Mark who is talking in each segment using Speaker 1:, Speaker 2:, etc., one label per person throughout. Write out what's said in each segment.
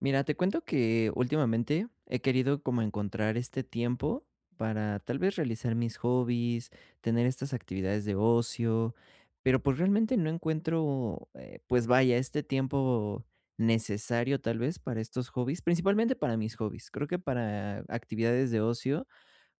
Speaker 1: Mira, te cuento que últimamente he querido como encontrar este tiempo para tal vez realizar mis hobbies, tener estas actividades de ocio, pero pues realmente no encuentro, pues vaya, este tiempo necesario tal vez para estos hobbies, principalmente para mis hobbies. Creo que para actividades de ocio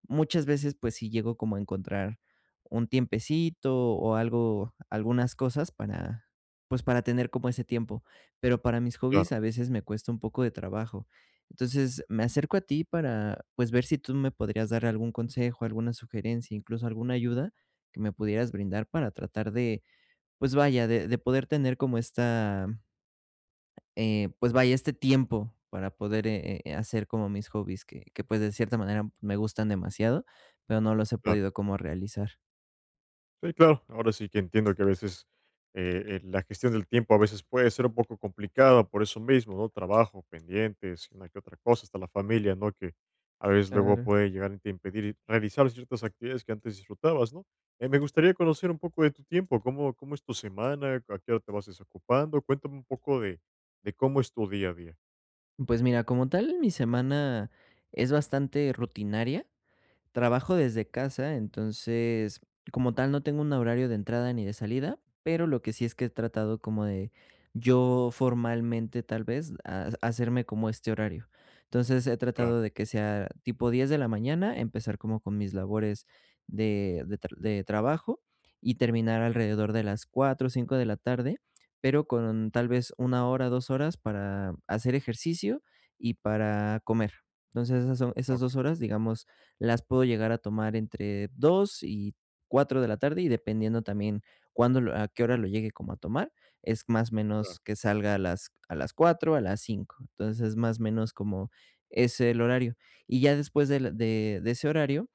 Speaker 1: muchas veces, pues sí llego como a encontrar un tiempecito o algo algunas cosas para, pues, para tener como ese tiempo, pero para mis hobbies
Speaker 2: Claro,
Speaker 1: a veces me cuesta un poco de trabajo. Entonces, me acerco a ti para, pues, ver si tú me podrías dar algún consejo, alguna sugerencia, incluso alguna ayuda que me pudieras brindar para tratar de, pues vaya, de poder tener como esta pues vaya, este tiempo para poder, hacer como mis hobbies que, pues, de cierta manera me gustan demasiado, pero no los he
Speaker 2: claro.
Speaker 1: podido como realizar.
Speaker 2: Sí, claro. Ahora sí que entiendo que a veces la gestión del tiempo a veces puede ser un poco complicada por eso mismo, ¿no? Trabajo, pendientes, una que otra cosa, hasta la familia, ¿no? Que a veces luego
Speaker 1: Claro.
Speaker 2: puede llegar a impedir realizar ciertas actividades que antes disfrutabas, ¿no? Me gustaría conocer un poco de tu tiempo, cómo es tu semana, a qué hora te vas desocupando, cuéntame un poco de cómo es tu día a día.
Speaker 1: Pues mira, como tal, mi semana es bastante rutinaria. Trabajo desde casa, entonces, como tal, no tengo un horario de entrada ni de salida, pero lo que sí es que he tratado como de yo formalmente tal vez hacerme como este horario. Entonces he
Speaker 2: Claro,
Speaker 1: tratado de que sea tipo 10 de la mañana, empezar como con mis labores de trabajo y terminar alrededor de las 4 o 5 de la tarde, pero con tal vez 1 hora, 2 horas para hacer ejercicio y para comer. Entonces esas son esas
Speaker 2: ok,
Speaker 1: 2 horas, digamos, las puedo llegar a tomar entre 2 y 4 de la tarde, y dependiendo también cuándo lo a qué hora lo llegue como a tomar, es más o
Speaker 2: claro,
Speaker 1: menos que salga a las 4 a las 5. Entonces, más o menos como es el horario. Y ya después del de ese horario,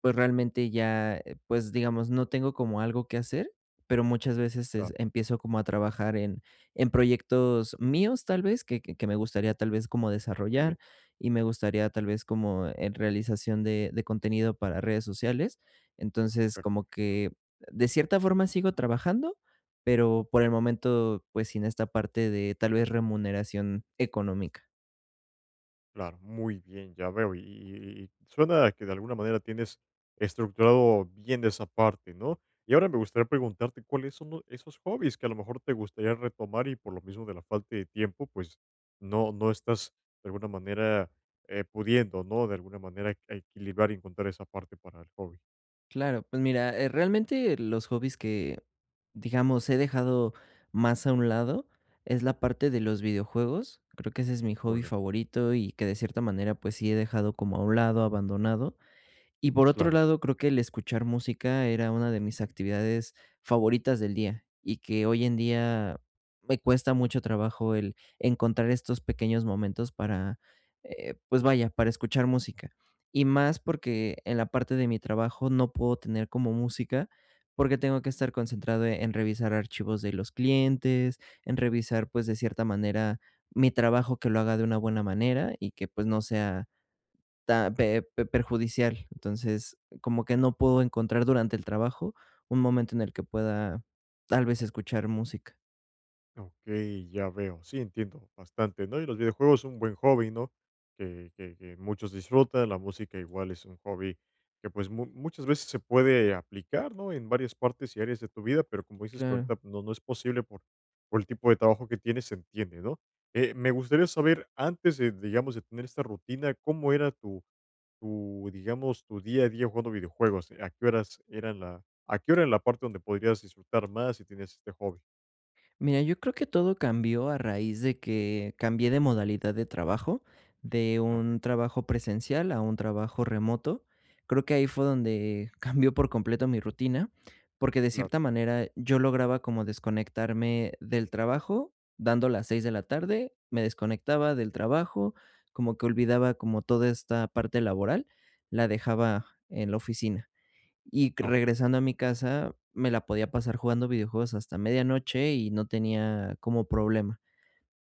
Speaker 1: pues, realmente ya, pues, digamos, no tengo como algo que hacer, pero muchas veces es
Speaker 2: claro,
Speaker 1: empiezo como a trabajar en proyectos míos, tal vez, que me gustaría, tal vez, como
Speaker 2: está muy
Speaker 1: desarrollar,
Speaker 2: bien,
Speaker 1: y me gustaría tal vez como en realización de contenido para redes sociales. Entonces, como
Speaker 2: perfecto.
Speaker 1: que de cierta forma sigo trabajando, pero por el momento, pues, sin esta parte de tal vez remuneración económica.
Speaker 2: Claro, muy bien, ya veo. Y suena a que de alguna manera tienes estructurado bien de esa parte, ¿no? Y ahora me gustaría preguntarte cuáles son esos hobbies que a lo mejor te gustaría retomar y por lo mismo de la falta de tiempo, pues no estás de alguna manera pudiendo, ¿no? De alguna manera equilibrar y encontrar esa parte para el hobby.
Speaker 1: Claro, pues mira, realmente los hobbies que, digamos, he dejado más a un lado es la parte de los videojuegos. Creo que ese es mi
Speaker 2: Muy
Speaker 1: hobby
Speaker 2: bien,
Speaker 1: favorito y que de cierta manera, pues sí he dejado como a un lado, abandonado. Y por otro
Speaker 2: claro.
Speaker 1: lado, creo que el escuchar música era una de mis actividades favoritas del día y que hoy en día me cuesta mucho trabajo el encontrar estos pequeños momentos para, pues vaya, para escuchar música. Y más porque en la parte de mi trabajo no puedo tener como música porque tengo que estar concentrado en revisar archivos de los clientes, en revisar pues de cierta manera mi trabajo que lo haga de una buena manera y que pues no sea ta pe pe perjudicial. Entonces, como que no puedo encontrar durante el trabajo un momento en el que pueda tal vez escuchar música.
Speaker 2: Ok, ya veo, sí, entiendo bastante, ¿no? Y los videojuegos son un buen hobby, ¿no? Que muchos disfrutan, la música igual es un hobby que pues muchas veces se puede aplicar, ¿no? En varias partes y áreas de tu vida, pero como dices que
Speaker 1: Claro.
Speaker 2: ahorita no es posible por el tipo de trabajo que tienes, se entiende, ¿no? Me gustaría saber, antes de, digamos, de tener esta rutina, ¿cómo era tu, digamos, tu día a día jugando videojuegos? ¿A qué horas eran a qué hora en la parte donde podrías disfrutar más si tenías este hobby?
Speaker 1: Mira, yo creo que todo cambió a raíz de que cambié de modalidad de trabajo, de
Speaker 2: Ok,
Speaker 1: un trabajo presencial a un trabajo remoto. Creo que ahí fue donde cambió por completo mi rutina, porque de
Speaker 2: claro.
Speaker 1: cierta manera yo lograba como desconectarme del trabajo, dando las 6 de la tarde, me desconectaba del trabajo, como que olvidaba como toda esta parte laboral, la dejaba en la oficina. Y regresando a mi casa, me la podía pasar jugando videojuegos hasta medianoche y no tenía como problema.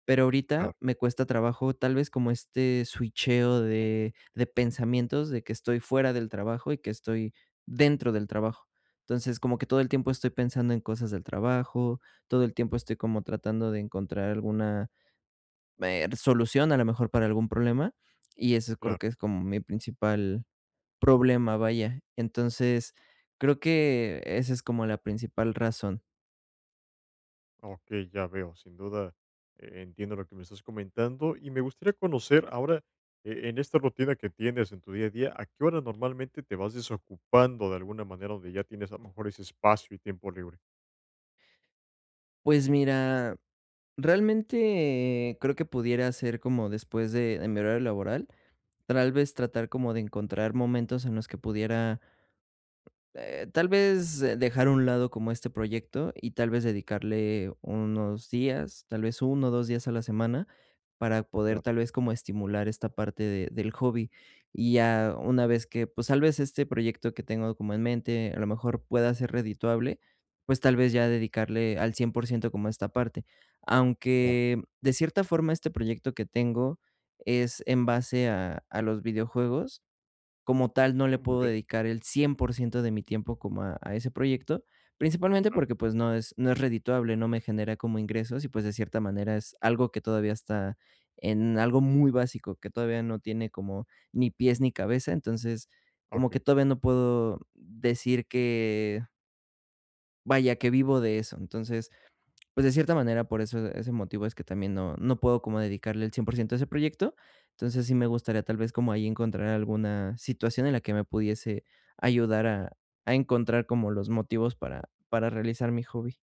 Speaker 1: Pero ahorita
Speaker 2: Claro,
Speaker 1: me cuesta trabajo, tal vez como este switcheo de pensamientos, de que estoy fuera del trabajo y que estoy dentro del trabajo. Entonces, como que todo el tiempo estoy pensando en cosas del trabajo, todo el tiempo estoy como tratando de encontrar alguna, solución, a lo mejor, para algún problema, y eso creo
Speaker 2: claro.
Speaker 1: que es como mi principal problema, vaya. Entonces, creo que esa es como la principal razón.
Speaker 2: Ok, ya veo. Sin duda, entiendo lo que me estás comentando y me gustaría conocer ahora, en esta rutina que tienes en tu día a día, ¿a qué hora normalmente te vas desocupando de alguna manera donde ya tienes a lo mejor ese espacio y tiempo libre?
Speaker 1: Pues mira, realmente creo que pudiera ser como después de mi horario laboral, tal vez tratar como de encontrar momentos en los que pudiera tal vez, dejar a un lado como este proyecto y tal vez dedicarle unos días, tal vez 1 o 2 días a la semana para poder
Speaker 2: Claro,
Speaker 1: tal vez como estimular esta parte de del hobby. Y ya una vez que, pues, tal vez este proyecto que tengo como en mente, a lo mejor pueda ser redituable, pues, tal vez ya dedicarle al 100% como a esta parte.
Speaker 2: claro.
Speaker 1: Aunque de cierta forma este proyecto que tengo es en base a los videojuegos, como tal, no le
Speaker 2: Ah, muy
Speaker 1: puedo
Speaker 2: bien,
Speaker 1: dedicar el 100% de mi tiempo como a ese proyecto, principalmente
Speaker 2: claro.
Speaker 1: porque, pues, no es redituable, no me genera como ingresos y, pues, de cierta manera es algo que todavía está en algo muy básico, que todavía no tiene como ni pies ni cabeza. Entonces, como
Speaker 2: Ok.
Speaker 1: que todavía no puedo decir que, vaya, que vivo de eso. Entonces, pues, de cierta manera, por eso ese motivo es que también no puedo como dedicarle el 100% a ese proyecto. Entonces, sí me gustaría tal vez como ahí encontrar alguna situación en la que me pudiese ayudar a encontrar como los motivos para realizar mi hobby.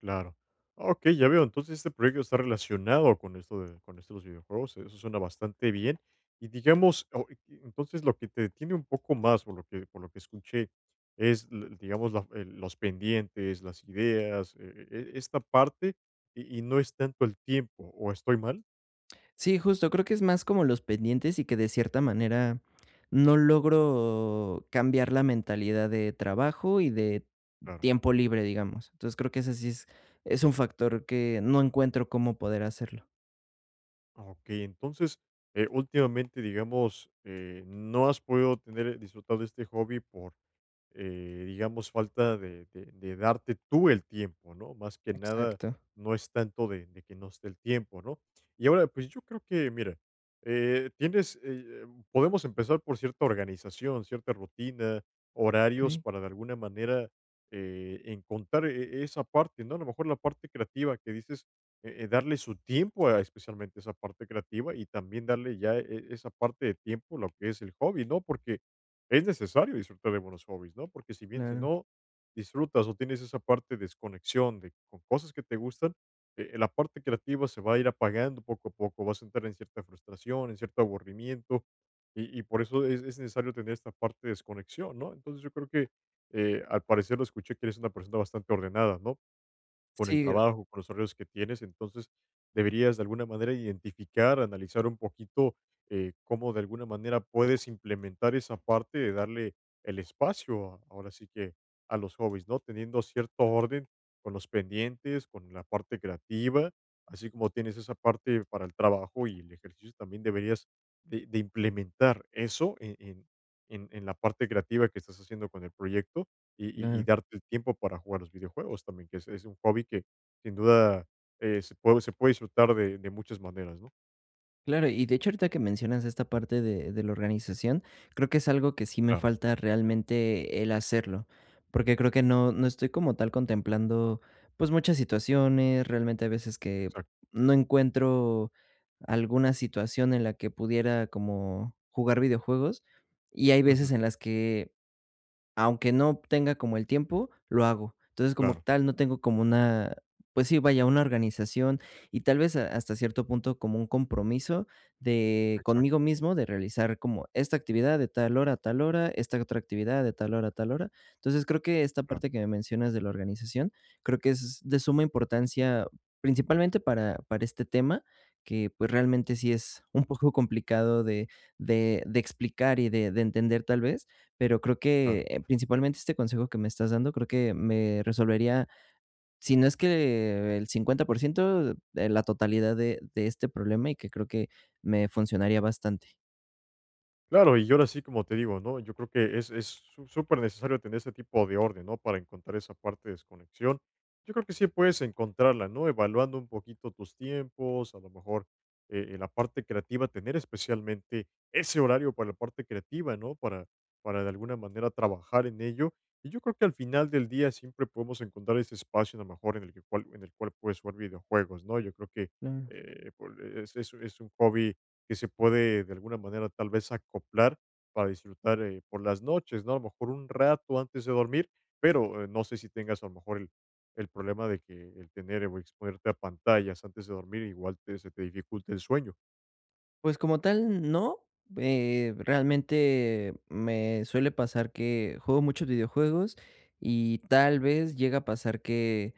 Speaker 2: Claro. Ah, okey, ya veo. Entonces, este proyecto está relacionado con esto de los videojuegos. Eso suena bastante bien. Y digamos, entonces, lo que te detiene un poco más, por lo que escuché, es, l digamos, la el los pendientes, las ideas, e esta parte, y no es tanto el tiempo, ¿o estoy mal?
Speaker 1: Sí, justo, creo que es más como los pendientes y que de cierta manera no logro cambiar la mentalidad de trabajo y de
Speaker 2: Claro.
Speaker 1: tiempo libre, digamos. Entonces, creo que ese sí es un factor que no encuentro cómo poder hacerlo.
Speaker 2: Okey, entonces, últimamente, digamos, no has podido tener disfrutar de este hobby por digamos, falta de darte tú el tiempo, ¿no? Más que nada,
Speaker 1: Exacto.
Speaker 2: no es tanto de que no esté el tiempo, ¿no? Y ahora, pues yo creo que, mira, eh, tienes, eh, eh, podemos empezar por cierta organización, cierta rutina, horarios
Speaker 1: Okey,
Speaker 2: para de alguna manera encontrar esa parte, ¿no? A lo mejor la parte creativa que dices, darle su tiempo a especialmente esa parte creativa y también darle ya esa parte de tiempo, lo que es el hobby, ¿no? Porque es necesario disfrutar de buenos hobbies, ¿no? Porque si bien si
Speaker 1: claro.
Speaker 2: no disfrutas o tienes esa parte de desconexión de con cosas que te gustan, la parte creativa se va a ir apagando poco a poco, vas a entrar en cierta frustración, en cierto aburrimiento, y por eso es necesario tener esta parte de desconexión, ¿no? Entonces yo creo que al parecer lo escuché que eres una persona bastante ordenada, ¿no? Con el
Speaker 1: Sí,
Speaker 2: trabajo, con los horarios que tienes. Entonces, deberías de alguna manera identificar, analizar un poquito cómo de alguna manera puedes implementar esa parte de darle el espacio, ahora sí que a los hobbies, ¿no? Teniendo cierto orden con los pendientes, con la parte creativa, así como tienes esa parte para el trabajo y el ejercicio, también deberías de implementar eso en- la parte creativa que estás haciendo con el proyecto y y
Speaker 1: claro,
Speaker 2: darte el tiempo para jugar los videojuegos también, que es un hobby que sin duda, se puede disfrutar de muchas maneras, ¿no?
Speaker 1: claro. Y de hecho, ahorita que mencionas esta parte de la organización, creo que es algo que sí me
Speaker 2: Claro.
Speaker 1: falta realmente el hacerlo, porque creo que no, no estoy como tal contemplando pues muchas situaciones, realmente a veces que
Speaker 2: Exacto.
Speaker 1: no encuentro alguna situación en la que pudiera como jugar videojuegos y hay
Speaker 2: Ujú.
Speaker 1: veces en las que aunque no tenga como el tiempo, lo hago. Entonces, como
Speaker 2: Claro.
Speaker 1: tal, no tengo como una, pues sí, vaya, una organización y tal vez hasta cierto punto como un compromiso de conmigo
Speaker 2: Exacto.
Speaker 1: mismo de realizar como esta actividad de tal hora a tal hora, esta otra actividad de tal hora a tal hora. Entonces, creo que esta
Speaker 2: Claro,
Speaker 1: parte que me mencionas de la organización, creo que es de suma importancia principalmente para este tema, que pues realmente sí es un poco complicado de explicar y de entender tal vez. Pero creo que,
Speaker 2: claro.
Speaker 1: principalmente este consejo que me estás dando, creo que me resolvería, si no es que el 50% de la totalidad de este problema, y que creo que me funcionaría bastante.
Speaker 2: Claro, y ahora sí, como te digo, ¿no? Yo creo que es súper necesario tener ese tipo de orden, ¿no? Para encontrar esa parte de desconexión. Yo creo que sí puedes encontrarla, ¿no? Evaluando un poquito tus tiempos, a lo mejor en la parte creativa, tener especialmente ese horario para la parte creativa, ¿no? Para de alguna manera trabajar en ello. Y yo creo que al final del día siempre podemos encontrar ese espacio, a lo mejor, en el cual puedes jugar videojuegos, ¿no? Yo creo que
Speaker 1: Claro.
Speaker 2: es un hobby que se puede de alguna manera tal vez acoplar para disfrutar por las noches, ¿no? A lo mejor un rato antes de dormir, pero no sé si tengas a lo mejor el problema de que el tener o exponerte a pantallas antes de dormir igual se te dificulta el sueño.
Speaker 1: Pues, como tal, no, realmente me suele pasar que juego muchos videojuegos y tal vez llega a pasar que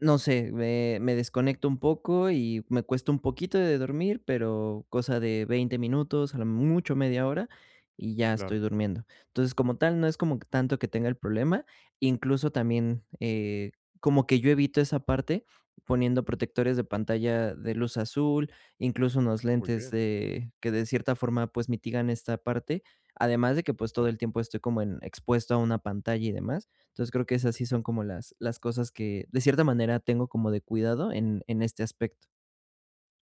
Speaker 1: no sé, me desconecto un poco y me cuesta un poquito de dormir, pero cosa de 20 minutos, a lo mucho media hora, y ya
Speaker 2: Claro,
Speaker 1: estoy durmiendo. Entonces, como tal, no es como que tanto que tenga el problema, incluso también, como que yo evito esa parte poniendo protectores de pantalla de luz azul, incluso unos
Speaker 2: ah, muy
Speaker 1: lentes
Speaker 2: bien.
Speaker 1: de que de cierta forma, pues, mitigan esta parte, además de que, pues, todo
Speaker 2: Claro,
Speaker 1: el tiempo estoy como en expuesto a una pantalla y demás. Entonces creo que esas sí son
Speaker 2: exacto.
Speaker 1: como las cosas que, de cierta manera, tengo como de cuidado en este aspecto.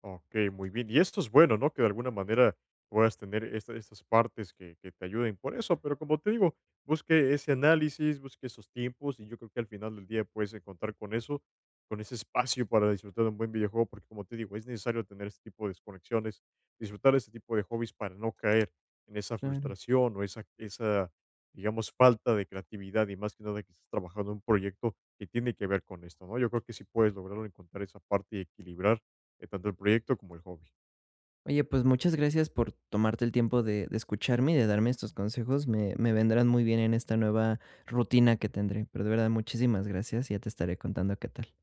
Speaker 2: Ok, muy bien. Y esto es bueno, ¿no? Que de alguna manera puedas tener estas partes que te ayuden por eso, pero como te digo, busque ese análisis, busque esos tiempos y yo creo que al final del día puedes encontrar con eso, con ese espacio para disfrutar de un buen videojuego, porque como te digo, es necesario tener este tipo de desconexiones, disfrutar este tipo de hobbies para no caer en esa
Speaker 1: Claro.
Speaker 2: frustración o digamos, falta de creatividad y más que nada que estás trabajando en un proyecto que tiene que ver con esto, ¿no? Yo creo que si puedes lograrlo encontrar esa parte y equilibrar tanto el proyecto como el hobby.
Speaker 1: Oye, pues muchas gracias por tomarte el tiempo de escucharme y de darme estos consejos. Me vendrán muy bien en esta nueva rutina que tendré, pero de verdad muchísimas gracias, y ya te estaré contando qué tal.